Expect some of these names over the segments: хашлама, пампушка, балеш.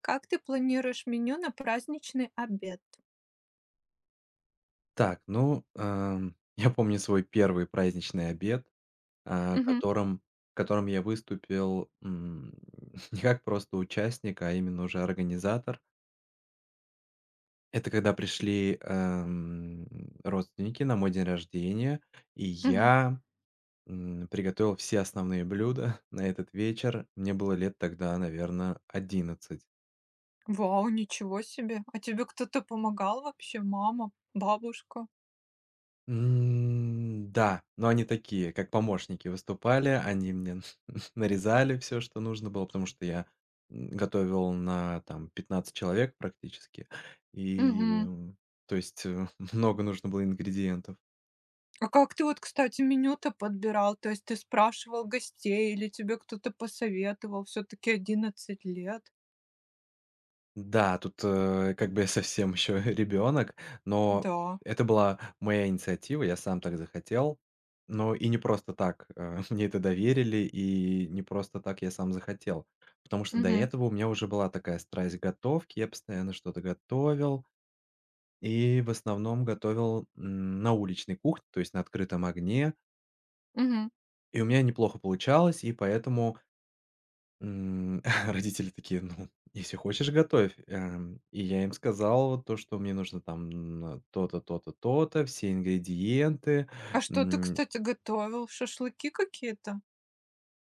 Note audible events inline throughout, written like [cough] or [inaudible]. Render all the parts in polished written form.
Как ты планируешь меню на праздничный обед? Так, ну, [laughs] я помню свой первый праздничный обед, а, Мгм, которым которым я выступил, [laughs] не как просто участник, а именно уже организатор. Это когда пришли, родственники на мой день рождения, и мгм. я приготовил все основные блюда [laughs] на этот вечер. Мне было лет тогда, наверное, 11. Вау, ничего себе! А тебе кто-то помогал вообще? Мама, бабушка? Да, но они такие, как помощники выступали. Они мне [laughs] нарезали все, что нужно было, потому что я готовил на, там, 15 человек практически. И, Мгм. м, то есть, [laughs] много нужно было ингредиентов. А как ты вот, кстати, меню-то подбирал? То есть ты спрашивал гостей или тебе кто-то посоветовал? Все таки 11 лет. Да, тут, как бы я совсем еще [laughs] ребенок, но Да. это была моя инициатива, я сам так захотел. Но и не просто так, [laughs] мне это доверили, и не просто так я сам захотел. Потому что до Мгм, этого у меня уже была такая страсть готовки, я постоянно что-то готовил, и в основном готовил, на уличной кухне, то есть на открытом огне. мгм. И у меня неплохо получалось, и поэтому М, [laughs] родители такие: "Ну, если хочешь, готовь". И я им сказал вот то, что мне нужно там н то-то, то-то, то-то, все ингредиенты. А что ты, М, кстати, готовил? Шашлыки какие-то?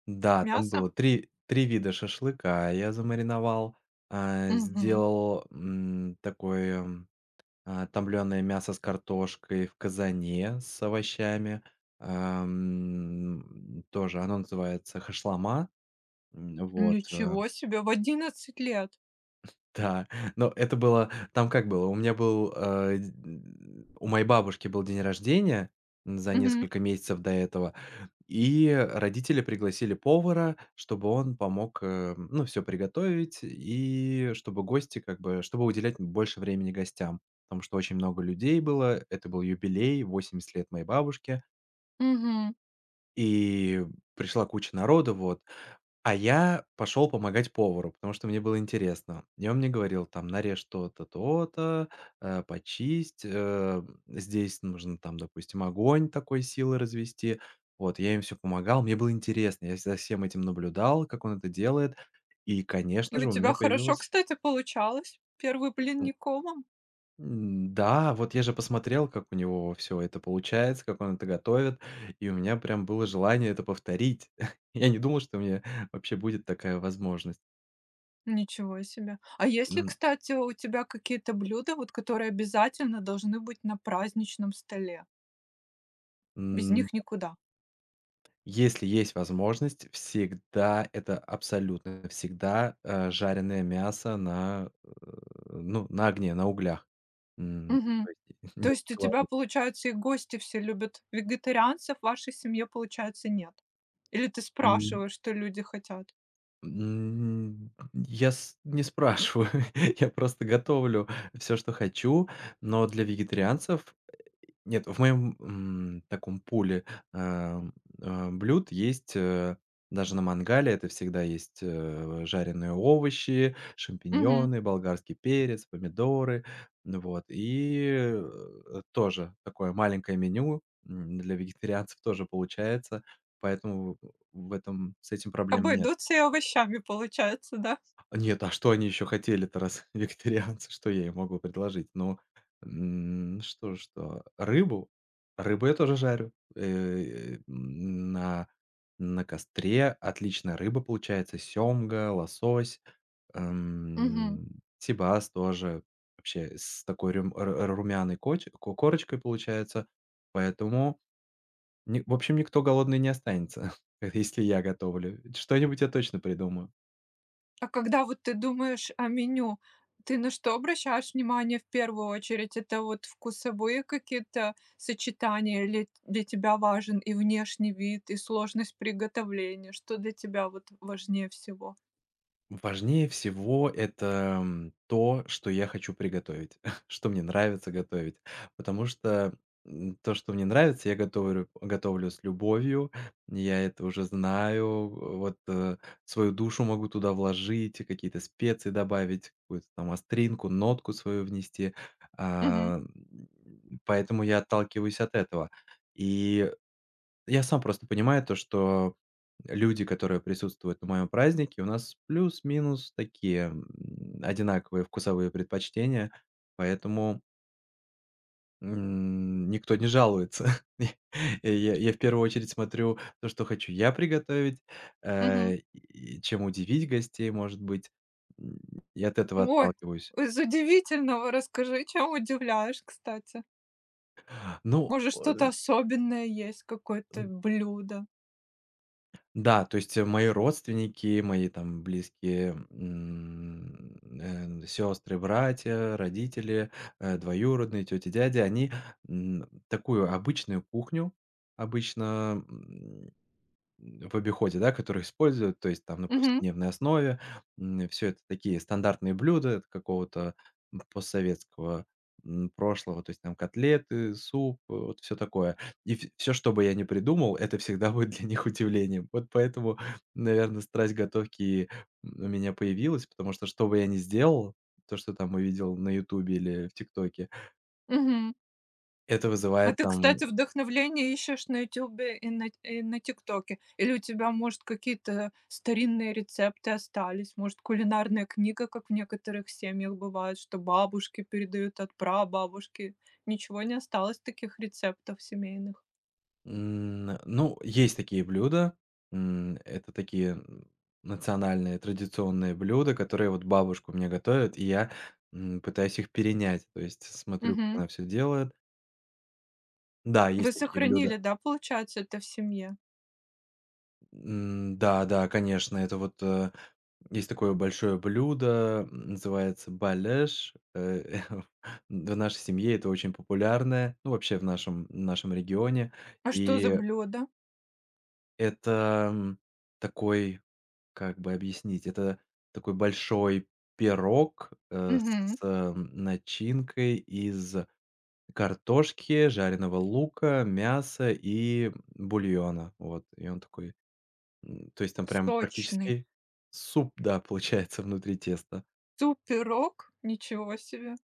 да, там Мясо? было три вида шашлыка я замариновал, Мгм. сделал, такое, а, мясо с картошкой в казане с овощами. Тоже оно называется хашлама. Вот, Ничего себе, в 11 лет! да, но это было там как было? У меня был, э, д У моей бабушки был день рождения за Угу, несколько месяцев до этого, и родители пригласили повара, чтобы он помог, ну, все приготовить, и чтобы гости как бы чтобы уделять больше времени гостям, потому что очень много людей было. Это был юбилей, 80 лет моей бабушки. мгм. И пришла куча народу, вот. А я пошел помогать повару, потому что мне было интересно. И он мне говорил, там, нарежь то-то, то-то, почисть, здесь нужно, там, допустим, огонь такой силы развести. Вот, я им все помогал, мне было интересно, я за всем этим наблюдал, как он это делает. И, И конечно у же, у тебя меня хорошо, появилось. кстати, получалось. Первый блин никомом? Да, вот я же посмотрел, как у него все это получается, как он это готовит, и у меня прям было желание это повторить. [laughs] Я не думал, что у меня вообще будет такая возможность. Ничего себе. А есть ли, М, кстати, у тебя какие-то блюда, вот которые обязательно должны быть на праздничном столе? Без м, них никуда. Если есть возможность, всегда, это абсолютно всегда, жареное мясо на, ну, на огне, на углях. М, Мгм. То есть То [laughs] нет есть у тебя, сковородки. получается, и гости все любят вегетарианцев, в вашей семье, получается, нет? Или ты спрашиваешь, что люди хотят? Я с не спрашиваю, [laughs] я просто готовлю все, что хочу, но для вегетарианцев нет, в моем, таком пуле, ам, блюд есть, даже на мангале это всегда есть, жареные овощи, Мгм. шампиньоны, болгарский перец, помидоры. Ну вот и, тоже такое маленькое меню, для вегетарианцев тоже получается, поэтому в этом с этим проблем нет. Обойдутся и овощами, получается, да? Нет, а что они еще хотели-то, раз [laughs] вегетарианцы, что я им могу предложить? Ну, что? Рыбу? Рыбу я тоже жарю. На костре отличная рыба получается. Семга, лосось, Мгм. эм, сибас тоже. Вообще с такой румяной корочкой получается. Поэтому, в общем, никто голодный не останется, [laughs] если я готовлю. Что-нибудь я точно придумаю. А когда вот ты думаешь о меню, ты на что обращаешь внимание в первую очередь? Это вот вкусовые какие-то сочетания или для тебя важен и внешний вид, и сложность приготовления? Что для тебя вот важнее всего? Важнее всего это, то, что я хочу приготовить, [laughs] что мне нравится готовить. Потому что, то, что мне нравится, я готовлю с любовью. Я это уже знаю. Вот, свою душу могу туда вложить, и какие-то специи добавить, какую-то там остринку, нотку свою внести. Мгм, А, м, Поэтому я отталкиваюсь от этого. И я сам просто понимаю то, что люди, которые присутствуют на моем празднике, у нас плюс-минус такие, одинаковые вкусовые предпочтения, поэтому, никто не жалуется. [laughs] И я в первую очередь смотрю то, что хочу я приготовить, мгм. И чем удивить гостей, может быть, м, и от этого Ой, отталкиваюсь. из удивительного расскажи, чем удивляешь, кстати. Ну, Может, что-то особенное есть, какое-то блюдо? да, то есть, мои родственники, мои там близкие, сестры, братья, родители, двоюродные, тети, дяди, они, такую обычную кухню обычно, в обиходе, да, которые используют, то есть там на Мгм, повседневной основе. Все это такие стандартные блюда от какого-то, постсоветского, прошлого, то есть там котлеты, суп, вот все такое. И все, всё, что бы я ни придумал, это всегда будет для них удивлением. Вот поэтому, наверное, страсть готовки и у меня появилась, потому что, что бы я ни сделал, то, что там увидел на "Ютубе" или в "ТикТоке", мгм. это А вызывает ты, там, кстати, вдохновление ищешь на "Ютубе" и на "Тиктоке"? Или у тебя, может, какие-то старинные рецепты остались? Может, кулинарная книга, как в некоторых семьях бывает, что бабушки передают от прабабушки? Ничего не осталось таких рецептов семейных? м, ну, есть такие блюда, это такие, национальные, традиционные блюда, которые вот бабушка мне меня готовит, и я, пытаюсь их перенять. То есть смотрю, как Мгм. она все делает. Да, Вы есть такие сохранили, блюда. да, получается, это в семье? Да, да, конечно, это вот, есть такое большое блюдо, называется балеш. [laughs] В нашей семье это очень популярное, ну, вообще в нашем регионе. А что за И блюдо? это, такой, как бы объяснить, это такой большой пирог, Мгм. с начинкой из картошки, жареного лука, мяса и бульона. Вот, и он такой, то есть там прям Сочный. практически суп, да, [laughs] получается внутри теста. Суп-пирог? Ничего себе.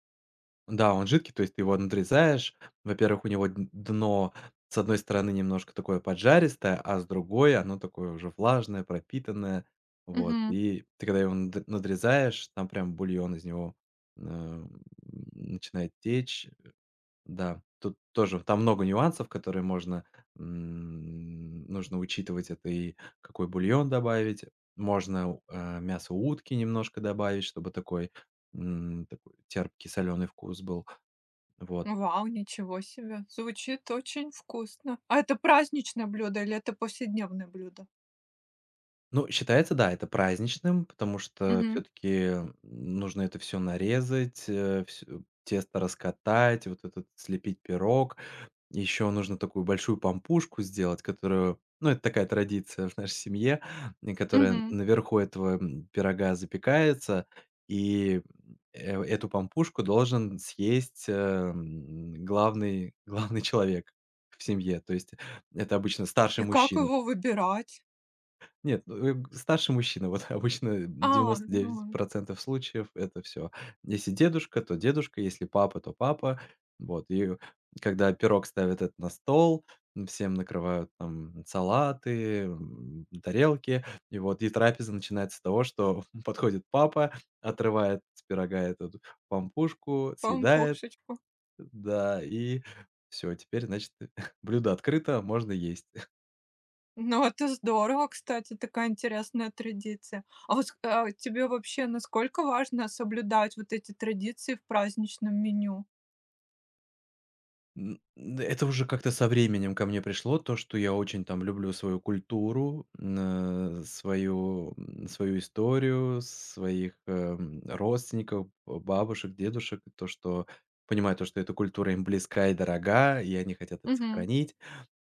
Да, он жидкий, то есть ты его надрезаешь. Во-первых, у него д дно с одной стороны немножко такое поджаристое, а с другой оно такое уже влажное, пропитанное. Вот, Мгм. и ты когда его надрезаешь, там прям бульон из него, эм, начинает течь. Да, тут тоже там много нюансов, которые можно, нужно учитывать. Это и какой бульон добавить. Можно, мясо утки немножко добавить, чтобы такой, такой терпкий, соленый вкус был. Вот. Вау, ничего себе! Звучит очень вкусно. А это праздничное блюдо или это повседневное блюдо? Ну, считается, да, это праздничным, потому что Мгм, все таки нужно это все нарезать, всё тесто раскатать, вот этот слепить пирог. Еще нужно такую большую пампушку сделать, которую ну, это такая традиция в нашей семье, и которая мгм. наверху этого, пирога запекается, и, эту пампушку должен съесть, главный [laughs] главный человек в семье. То есть это обычно старший И как мужчина. его выбирать? Нет, ну, старший мужчина. Вот [laughs] обычно А, 99 ну, случаев- это все. Если дедушка, то дедушка, если папа, то папа. Вот, и когда пирог ставят этот на стол, всем накрывают там салаты, тарелки. И вот, и трапеза начинается с того, что [laughs] подходит папа, отрывает с пирога эту пампушку, съедает, помпушечку. да, и все. Теперь, значит, [laughs] блюдо открыто, можно есть. Ну, это здорово, кстати, такая интересная традиция. А вот, а, тебе вообще насколько важно соблюдать вот эти традиции в праздничном меню? Н н Это уже как-то со временем ко мне пришло, то, что я очень там люблю свою культуру, свою историю, своих, родственников, б бабушек, дедушек. То, что понимаю, то, что эта культура им близка и дорога, и они хотят это Угу, сохранить.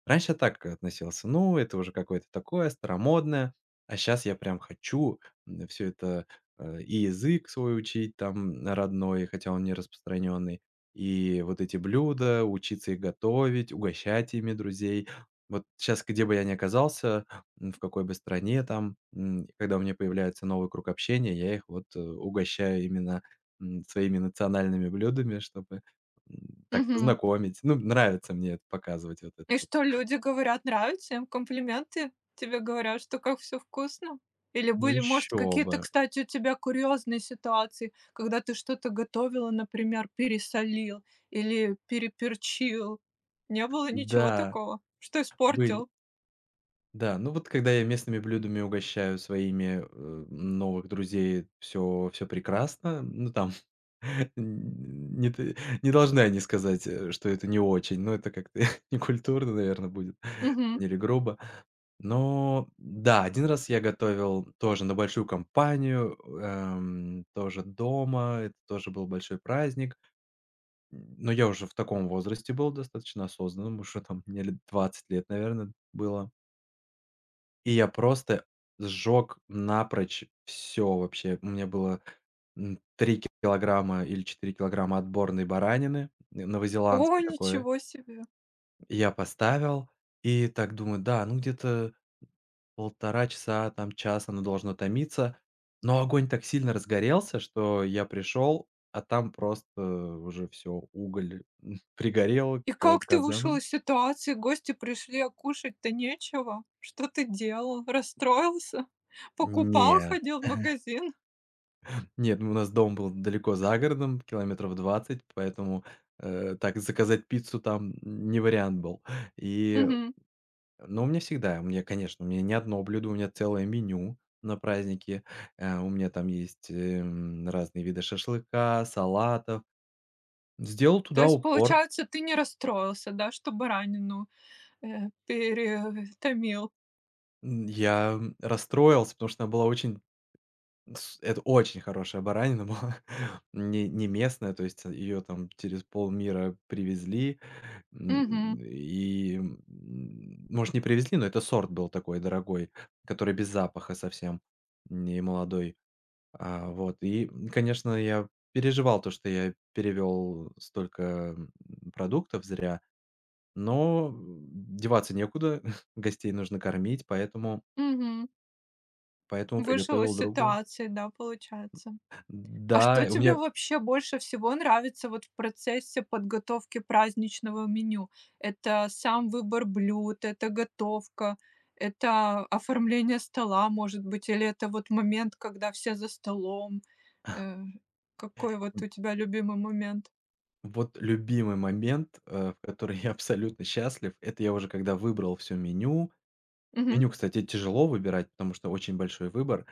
Раньше я так относился: "Ну, это уже какое-то такое старомодное". А сейчас я прям хочу, все это, и язык свой учить там родной, хотя он не распространенный, и вот эти блюда, учиться их готовить, угощать ими друзей. Вот сейчас, где бы я ни оказался, в какой бы стране там, когда у меня появляется новый круг общения, я их вот, угощаю именно, своими национальными блюдами, чтобы, так мгм. познакомить. Ну, нравится мне это показывать вот это. И что люди говорят, нравится им? Комплименты тебе говорят, что как все вкусно? Или Ну были, может, еще какие-то, бы. кстати, у тебя курьезные ситуации, когда ты что-то готовила, например, пересолил или переперчил? Не было ничего Да, такого, что были. испортил? Да, ну вот когда я местными блюдами угощаю своими, новых друзей, все прекрасно. Ну там [laughs] н не должны они сказать, что это не очень, но это как-то [laughs] некультурно, наверное, будет Мгм. или грубо. Но да, один раз я готовил тоже на большую компанию, тоже дома. Это тоже был большой праздник. Но я уже в таком возрасте был достаточно осознанном, уже там [laughs] мне лет 20 лет, наверное, было. И я просто сжёг напрочь все вообще. У меня было, 3 килограмма или 4 килограмма отборной баранины, н О, новозеландской такой. ничего себе! Я поставил и так думаю: "Да, ну где-то 1,5 часа, там час оно должно томиться". Но огонь так сильно разгорелся, что я пришел, а там просто уже все уголь, [laughs] пригорел И к как ты вышел казану. из ситуации? Гости пришли, а кушать-то нечего. Что ты делал? Расстроился? [laughs] Покупал, Нет, ходил в магазин? нет, ну, у нас дом был далеко за городом, километров 20, поэтому, так заказать пиццу там не вариант был. И, Мгм. но у меня всегда, у меня, конечно, у меня не одно блюдо, у меня целое меню на праздники. У меня там есть, разные виды шашлыка, салатов. Сделал То туда есть, упор. получается, ты не расстроился, да, что баранину, перетомил. Я расстроился, потому что она была очень с это очень хорошая баранина была, [laughs] не местная, то есть ее там через полмира привезли. М, Мгм, и, может, не привезли, но это сорт был такой дорогой, который без запаха совсем, не молодой. Вот, и, конечно, я переживал то, что я перевёл столько, м, продуктов зря, но деваться некуда, [laughs] гостей нужно кормить, поэтому мгм. поэтому Вышел приготовил из другое. ситуации, да, получается. А что Да, у тебе меня, вообще больше всего нравится вот в процессе подготовки праздничного меню? Это сам выбор блюд, это готовка, это оформление стола, может быть, или это вот момент, когда все за столом? Э, какой вот у тебя любимый момент? вот любимый момент, в который я абсолютно счастлив, это я уже когда выбрал всё меню. Мгм. Меню, кстати, тяжело выбирать, потому что очень большой выбор.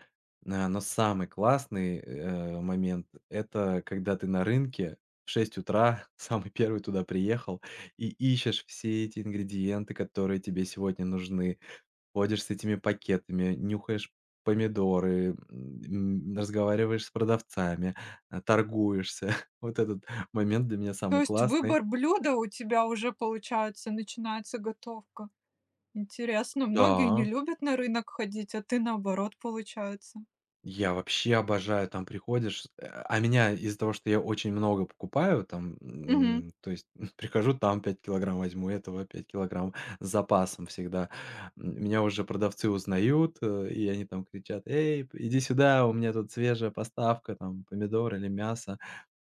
Но самый классный, момент- это когда ты на рынке в 6 утра [laughs] самый первый туда приехал и ищешь все эти ингредиенты, которые тебе сегодня нужны. Ходишь с этими пакетами, нюхаешь помидоры, разговариваешь с продавцами, торгуешься. [laughs] Вот этот момент для меня То самый есть классный. выбор блюда у тебя уже, получается, начинается готовка. Интересно, многие не Да. любят на рынок ходить, а ты наоборот, получается. Я вообще обожаю, там приходишь, а меня из-за того, что я очень много покупаю, там, Мгм, м, то есть [laughs] прихожу, там 5 килограмм возьму, этого 5 килограмм [laughs] с запасом всегда. Меня уже продавцы узнают, и они там кричат: "Эй, п иди сюда, у меня тут свежая поставка, там, помидор или мясо".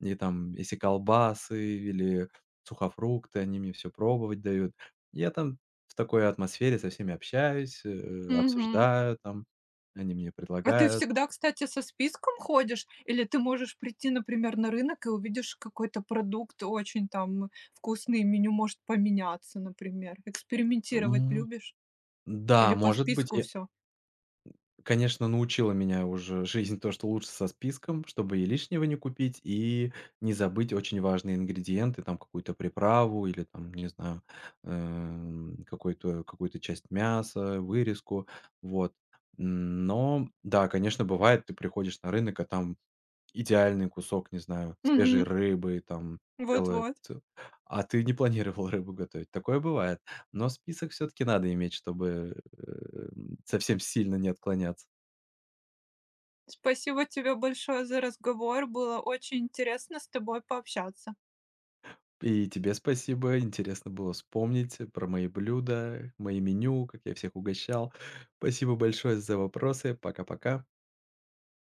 И там, если колбасы или сухофрукты, они мне все пробовать дают. Я там в такой атмосфере со всеми общаюсь, мгм. обсуждаю там, они мне А ты предлагают. всегда, кстати, со списком ходишь? Или ты можешь прийти, например, на рынок и увидишь какой-то продукт очень там вкусный, и меню может поменяться, например? Экспериментировать М, любишь? Или да, по может быть, списку и, все? конечно, научила меня уже жизнь то, что лучше со списком, чтобы и лишнего не купить, и не забыть очень важные ингредиенты, там какую-то приправу или там, не знаю, какой-то какую-то часть мяса, вырезку, вот. Но да, конечно, бывает, ты приходишь на рынок, а там идеальный кусок, не знаю, свежей Мгм. рыбы, там целое Вот-вот. ц а ты не планировал рыбу готовить. Такое бывает. Но список все-таки надо иметь, чтобы, совсем сильно не отклоняться. Спасибо тебе большое за разговор. Было очень интересно с тобой пообщаться. И тебе спасибо. Интересно было вспомнить про мои блюда, мои меню, как я всех угощал. Спасибо большое за вопросы. Пока-пока.